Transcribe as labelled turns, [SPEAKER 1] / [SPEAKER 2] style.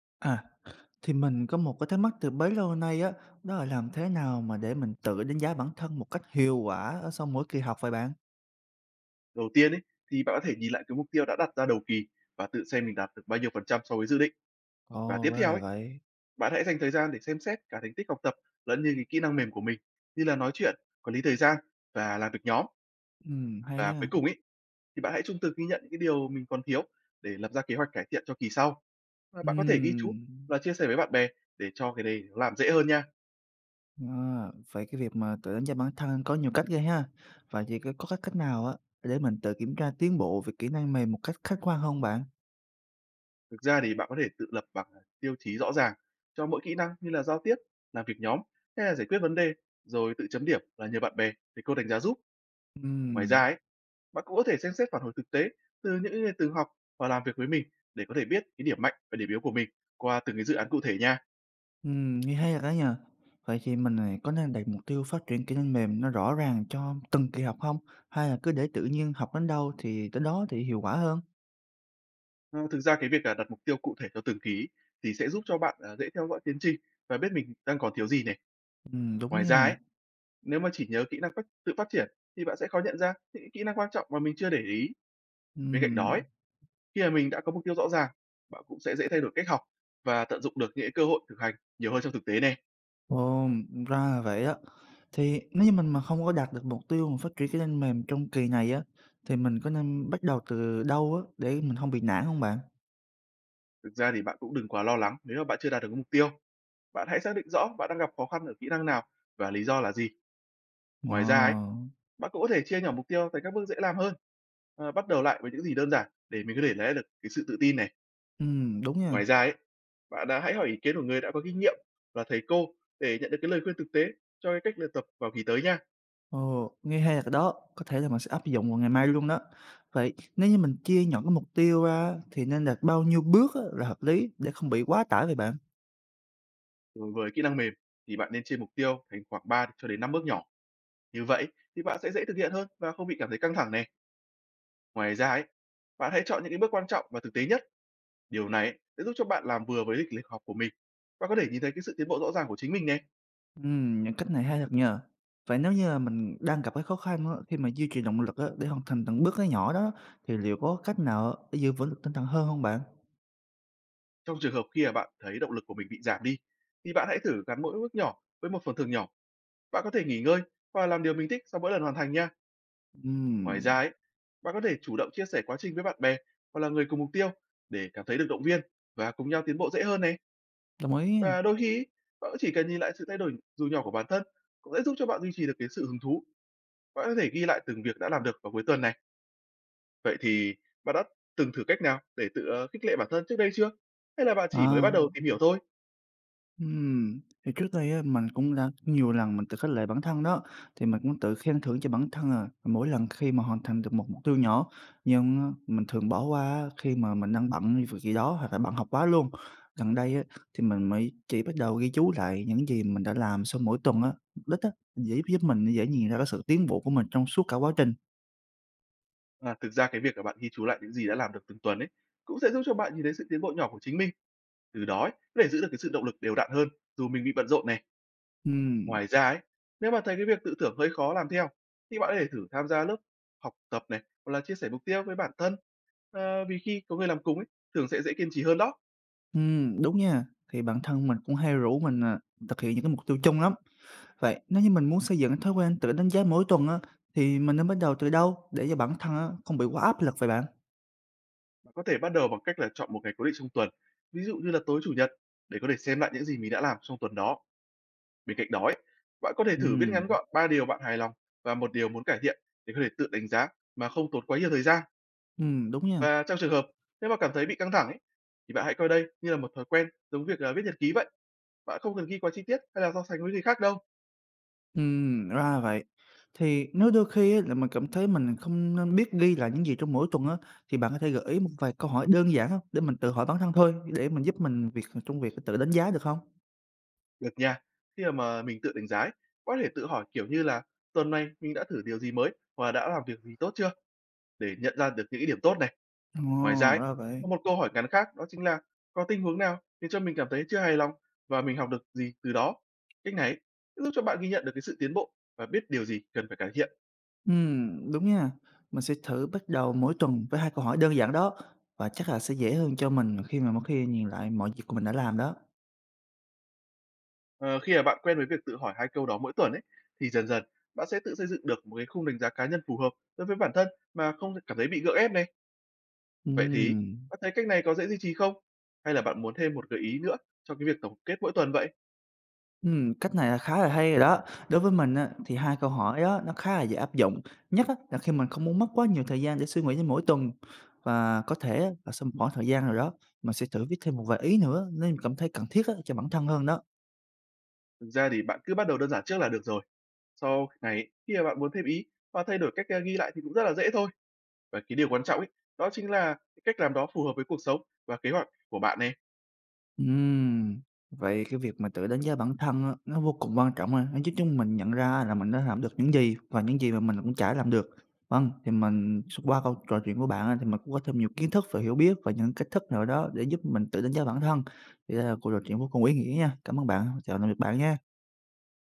[SPEAKER 1] À, thì mình có một cái thắc mắc từ bấy lâu nay á, đó là làm thế nào mà để mình tự đánh giá bản thân một cách hiệu quả ở sau mỗi kỳ học vậy bạn?
[SPEAKER 2] Đầu tiên ấy, thì bạn có thể nhìn lại cái mục tiêu đã đặt ra đầu kỳ và tự xem mình đạt được bao nhiêu phần trăm so với dự định. Và
[SPEAKER 1] Ồ,
[SPEAKER 2] tiếp
[SPEAKER 1] ra
[SPEAKER 2] theo
[SPEAKER 1] là
[SPEAKER 2] ấy,
[SPEAKER 1] vậy.
[SPEAKER 2] bạn hãy dành thời gian để xem xét cả thành tích học tập lẫn như cái kỹ năng mềm của mình như là nói chuyện, quản lý thời gian và làm việc nhóm.
[SPEAKER 1] Hay
[SPEAKER 2] Và
[SPEAKER 1] ha.
[SPEAKER 2] cuối cùng ấy, thì bạn hãy trung thực ghi nhận những cái điều mình còn thiếu để lập ra kế hoạch cải thiện cho kỳ sau. Và bạn có thể ghi chú
[SPEAKER 1] Ừm.
[SPEAKER 2] và chia sẻ với bạn bè để cho cái này nó làm dễ hơn nha.
[SPEAKER 1] À, vậy cái việc mà tự đánh giá bản thân có nhiều cách ghê ha. Vậy thì có cái cách nào á để mình tự kiểm tra tiến bộ về kỹ năng mềm một cách khách quan không bạn?
[SPEAKER 2] Thực ra thì bạn có thể tự lập bảng, tiêu chí rõ ràng cho mỗi kỹ năng như là giao tiếp, làm việc nhóm hay là giải quyết vấn đề, rồi tự chấm điểm là nhờ bạn bè để cô đánh giá giúp. Ngoài ra
[SPEAKER 1] Ừm.
[SPEAKER 2] ấy, bạn cũng có thể xem xét phản hồi thực tế từ những người từng học và làm việc với mình để có thể biết cái điểm mạnh và điểm yếu của mình qua từng cái dự án cụ thể nha.
[SPEAKER 1] Nghe hay thật đó nhờ. Vậy thì mình này có nên đặt mục tiêu phát triển kỹ năng mềm nó rõ ràng cho từng kỳ học không? Hay là cứ để tự nhiên học đến đâu thì tới đó thì hiệu quả hơn?
[SPEAKER 2] Ờ, Thực ra cái việc là đặt mục tiêu cụ thể cho từng ký thì sẽ giúp cho bạn dễ theo dõi tiến trình và biết mình đang còn thiếu gì này.
[SPEAKER 1] Đúng
[SPEAKER 2] Ngoài ra
[SPEAKER 1] nha.
[SPEAKER 2] ấy, nếu mà chỉ nhớ kỹ năng tự phát triển thì bạn sẽ khó nhận ra những kỹ năng quan trọng mà mình chưa để ý. Bên cạnh đó
[SPEAKER 1] Ừm,
[SPEAKER 2] ấy, khi mà mình đã có mục tiêu rõ ràng, bạn cũng sẽ dễ thay đổi cách học và tận dụng được những cái cơ hội thực hành nhiều hơn trong thực tế này.
[SPEAKER 1] ồ, ra là vậy á. Thì nếu như mình mà không có đạt được mục tiêu mà phát triển kỹ năng mềm trong kỳ này á, thì mình có nên bắt đầu từ đâu á để mình không bị nản không bạn?
[SPEAKER 2] Thực ra thì bạn cũng đừng quá lo lắng nếu mà bạn chưa đạt được cái mục tiêu. Bạn hãy xác định rõ bạn đang gặp khó khăn ở kỹ năng nào và lý do là gì. Ngoài ra ấy,
[SPEAKER 1] Wow,
[SPEAKER 2] bạn cũng có thể chia nhỏ mục tiêu thành các bước dễ làm hơn. Bắt đầu lại với những gì đơn giản để mình có thể lấy được cái sự tự tin này.
[SPEAKER 1] đúng nha.
[SPEAKER 2] Ngoài ra ấy, bạn hãy hỏi ý kiến của người đã có kinh nghiệm là thầy cô để nhận được cái lời khuyên thực tế cho cái cách luyện tập vào kỳ tới nha.
[SPEAKER 1] Ồ, nghe hay thật đó, có thể là mình sẽ áp dụng vào ngày mai luôn đó. Vậy nếu như mình chia nhỏ cái mục tiêu ra thì nên đặt bao nhiêu bước á, là hợp lý để không bị quá tải vậy bạn?
[SPEAKER 2] Đối với kỹ năng mềm thì bạn nên chia mục tiêu thành khoảng 3 cho đến 5 bước nhỏ. Như vậy thì bạn sẽ dễ thực hiện hơn và không bị cảm thấy căng thẳng này. Ngoài ra ấy, bạn hãy chọn những cái bước quan trọng và thực tế nhất. Điều này ấy, sẽ giúp cho bạn làm vừa với lịch lịch học của mình và có thể nhìn thấy cái sự tiến bộ rõ ràng của chính mình này.
[SPEAKER 1] Những cách này hay thật nhờ. Vậy nếu như là mình đang gặp cái khó khăn á, khi mà duy trì động lực á, để hoàn thành từng bước nó nhỏ đó thì liệu có cách nào để giữ vững được tinh thần hơn không bạn?
[SPEAKER 2] Trong trường hợp khi mà bạn thấy động lực của mình bị giảm đi, thì bạn hãy thử gắn mỗi bước nhỏ với một phần thưởng nhỏ. Bạn có thể nghỉ ngơi và làm điều mình thích sau mỗi lần hoàn thành nha. Ngoài ra
[SPEAKER 1] Ừm,
[SPEAKER 2] ấy, bạn có thể chủ động chia sẻ quá trình với bạn bè hoặc là người cùng mục tiêu để cảm thấy được động viên và cùng nhau tiến bộ dễ hơn này.
[SPEAKER 1] đồng ý.
[SPEAKER 2] Và đôi khi ấy, bạn cũng chỉ cần nhìn lại sự thay đổi dù nhỏ của bản thân cũng sẽ giúp cho bạn duy trì được cái sự hứng thú. Bạn có thể ghi lại từng việc đã làm được vào cuối tuần này. Vậy thì bạn đã từng thử cách nào để tự, khích lệ bản thân trước đây chưa? Hay là bạn chỉ mới
[SPEAKER 1] À.
[SPEAKER 2] bắt đầu tìm hiểu thôi?
[SPEAKER 1] Thì trước đây á, mình cũng đã nhiều lần mình tự khích lệ bản thân đó, thì mình cũng tự khen thưởng cho bản thân à, mỗi lần khi mà hoàn thành được một mục tiêu nhỏ. Nhưng á, mình thường bỏ qua khi mà mình đang bận vì việc gì đó hoặc là bận học quá luôn. Gần đây á, thì mình mới chỉ bắt đầu ghi chú lại những gì mình đã làm sau mỗi tuần á, mục đích á, dễ giúp mình dễ nhìn ra cái sự tiến bộ của mình trong suốt cả quá trình.
[SPEAKER 2] À, thực ra cái việc là bạn ghi chú lại những gì đã làm được từng tuần ấy, cũng sẽ giúp cho bạn nhìn thấy sự tiến bộ nhỏ của chính mình. Từ đó ấy, có thể giữ được cái sự động lực đều đặn hơn dù mình bị bận rộn này.
[SPEAKER 1] Ừm,
[SPEAKER 2] Ngoài ra ấy, nếu bạn thấy cái việc tự thưởng hơi khó làm theo, thì bạn có thể thử tham gia lớp học tập này, hoặc là chia sẻ mục tiêu với bản thân. Vì khi có người làm cùng ấy, thường sẽ dễ kiên trì hơn đó.
[SPEAKER 1] đúng nha, thì bản thân mình cũng hay rủ mình à, thực hiện những cái mục tiêu chung lắm. Vậy nếu như mình muốn xây dựng thói quen tự đánh giá mỗi tuần á, thì mình nên bắt đầu từ đâu để cho bản thân á, không bị quá áp lực vậy bạn?
[SPEAKER 2] Bạn có thể bắt đầu bằng cách là chọn một ngày cố định trong tuần, ví dụ như là tối chủ nhật, để có thể xem lại những gì mình đã làm trong tuần đó. Bên cạnh đó ấy, bạn có thể thử viết
[SPEAKER 1] Ừm,
[SPEAKER 2] ngắn gọn ba điều bạn hài lòng và một điều muốn cải thiện để có thể tự đánh giá mà không tốn quá nhiều thời gian.
[SPEAKER 1] đúng nha.
[SPEAKER 2] Và trong trường hợp nếu mà cảm thấy bị căng thẳng ấy, thì bạn hãy coi đây như là một thói quen giống việc, viết nhật ký vậy. Bạn không cần ghi quá chi tiết hay là so sánh với người khác đâu.
[SPEAKER 1] Ra vậy. Thì nếu đôi khi á, là mình cảm thấy mình không nên biết ghi lại những gì trong mỗi tuần á, thì bạn có thể gợi ý một vài câu hỏi đơn giản không? Để mình tự hỏi bản thân thôi, để mình giúp mình việc trong việc tự đánh giá được không?
[SPEAKER 2] Được nha. Khi mà mình tự đánh giá ấy, có thể tự hỏi kiểu như là tuần này mình đã thử điều gì mới và đã làm việc gì tốt chưa để nhận ra được những cái điểm tốt này. Ngoài ra
[SPEAKER 1] Ồ,
[SPEAKER 2] ấy,
[SPEAKER 1] ra vậy.
[SPEAKER 2] có một câu hỏi ngắn khác đó chính là có tình huống nào khiến cho mình cảm thấy chưa hài lòng và mình học được gì từ đó. Cách này ấy, giúp cho bạn ghi nhận được cái sự tiến bộ và biết điều gì cần phải cải thiện.
[SPEAKER 1] Đúng nha. Mình sẽ thử bắt đầu mỗi tuần với 2 câu hỏi đơn giản đó và chắc là sẽ dễ hơn cho mình khi mà mỗi khi nhìn lại mọi việc của mình đã làm đó.
[SPEAKER 2] Ờ, Khi mà bạn quen với việc tự hỏi hai câu đó mỗi tuần ấy, thì dần dần bạn sẽ tự xây dựng được một cái khung đánh giá cá nhân phù hợp đối với bản thân mà không cảm thấy bị gượng ép này. Vậy thì
[SPEAKER 1] Ừm,
[SPEAKER 2] bạn thấy cách này có dễ duy trì không? Hay là bạn muốn thêm một gợi ý nữa cho cái việc tổng kết mỗi tuần vậy?
[SPEAKER 1] cách này là khá là hay rồi đó. Đối với mình á, thì 2 câu hỏi đó nó khá là dễ áp dụng, nhất á là khi mình không muốn mất quá nhiều thời gian để suy nghĩ đến mỗi tuần. Và có thể á, là sau một khoảng thời gian rồi đó, mình sẽ thử viết thêm một vài ý nữa nếu mình cảm thấy cần thiết á, cho bản thân hơn đó.
[SPEAKER 2] Thực ra thì bạn cứ bắt đầu đơn giản trước là được rồi. Sau này ấy, khi mà bạn muốn thêm ý và thay đổi cách ghi lại thì cũng rất là dễ thôi. Và cái điều quan trọng ấy, đó chính là cái cách làm đó phù hợp với cuộc sống và kế hoạch của bạn này.
[SPEAKER 1] Ừm, vậy cái việc mà tự đánh giá bản thân á, nó vô cùng quan trọng ha, nó giúp chúng mình nhận ra là mình đã làm được những gì và những gì mà mình cũng chả làm được. Vâng, thì mình qua câu trò chuyện của bạn á, thì mình cũng có thêm nhiều kiến thức và hiểu biết và những cách thức nào đó để giúp mình tự đánh giá bản thân. Thì đây là cuộc trò chuyện vô cùng ý nghĩa nha. Cảm ơn bạn, chào tạm biệt bạn nha.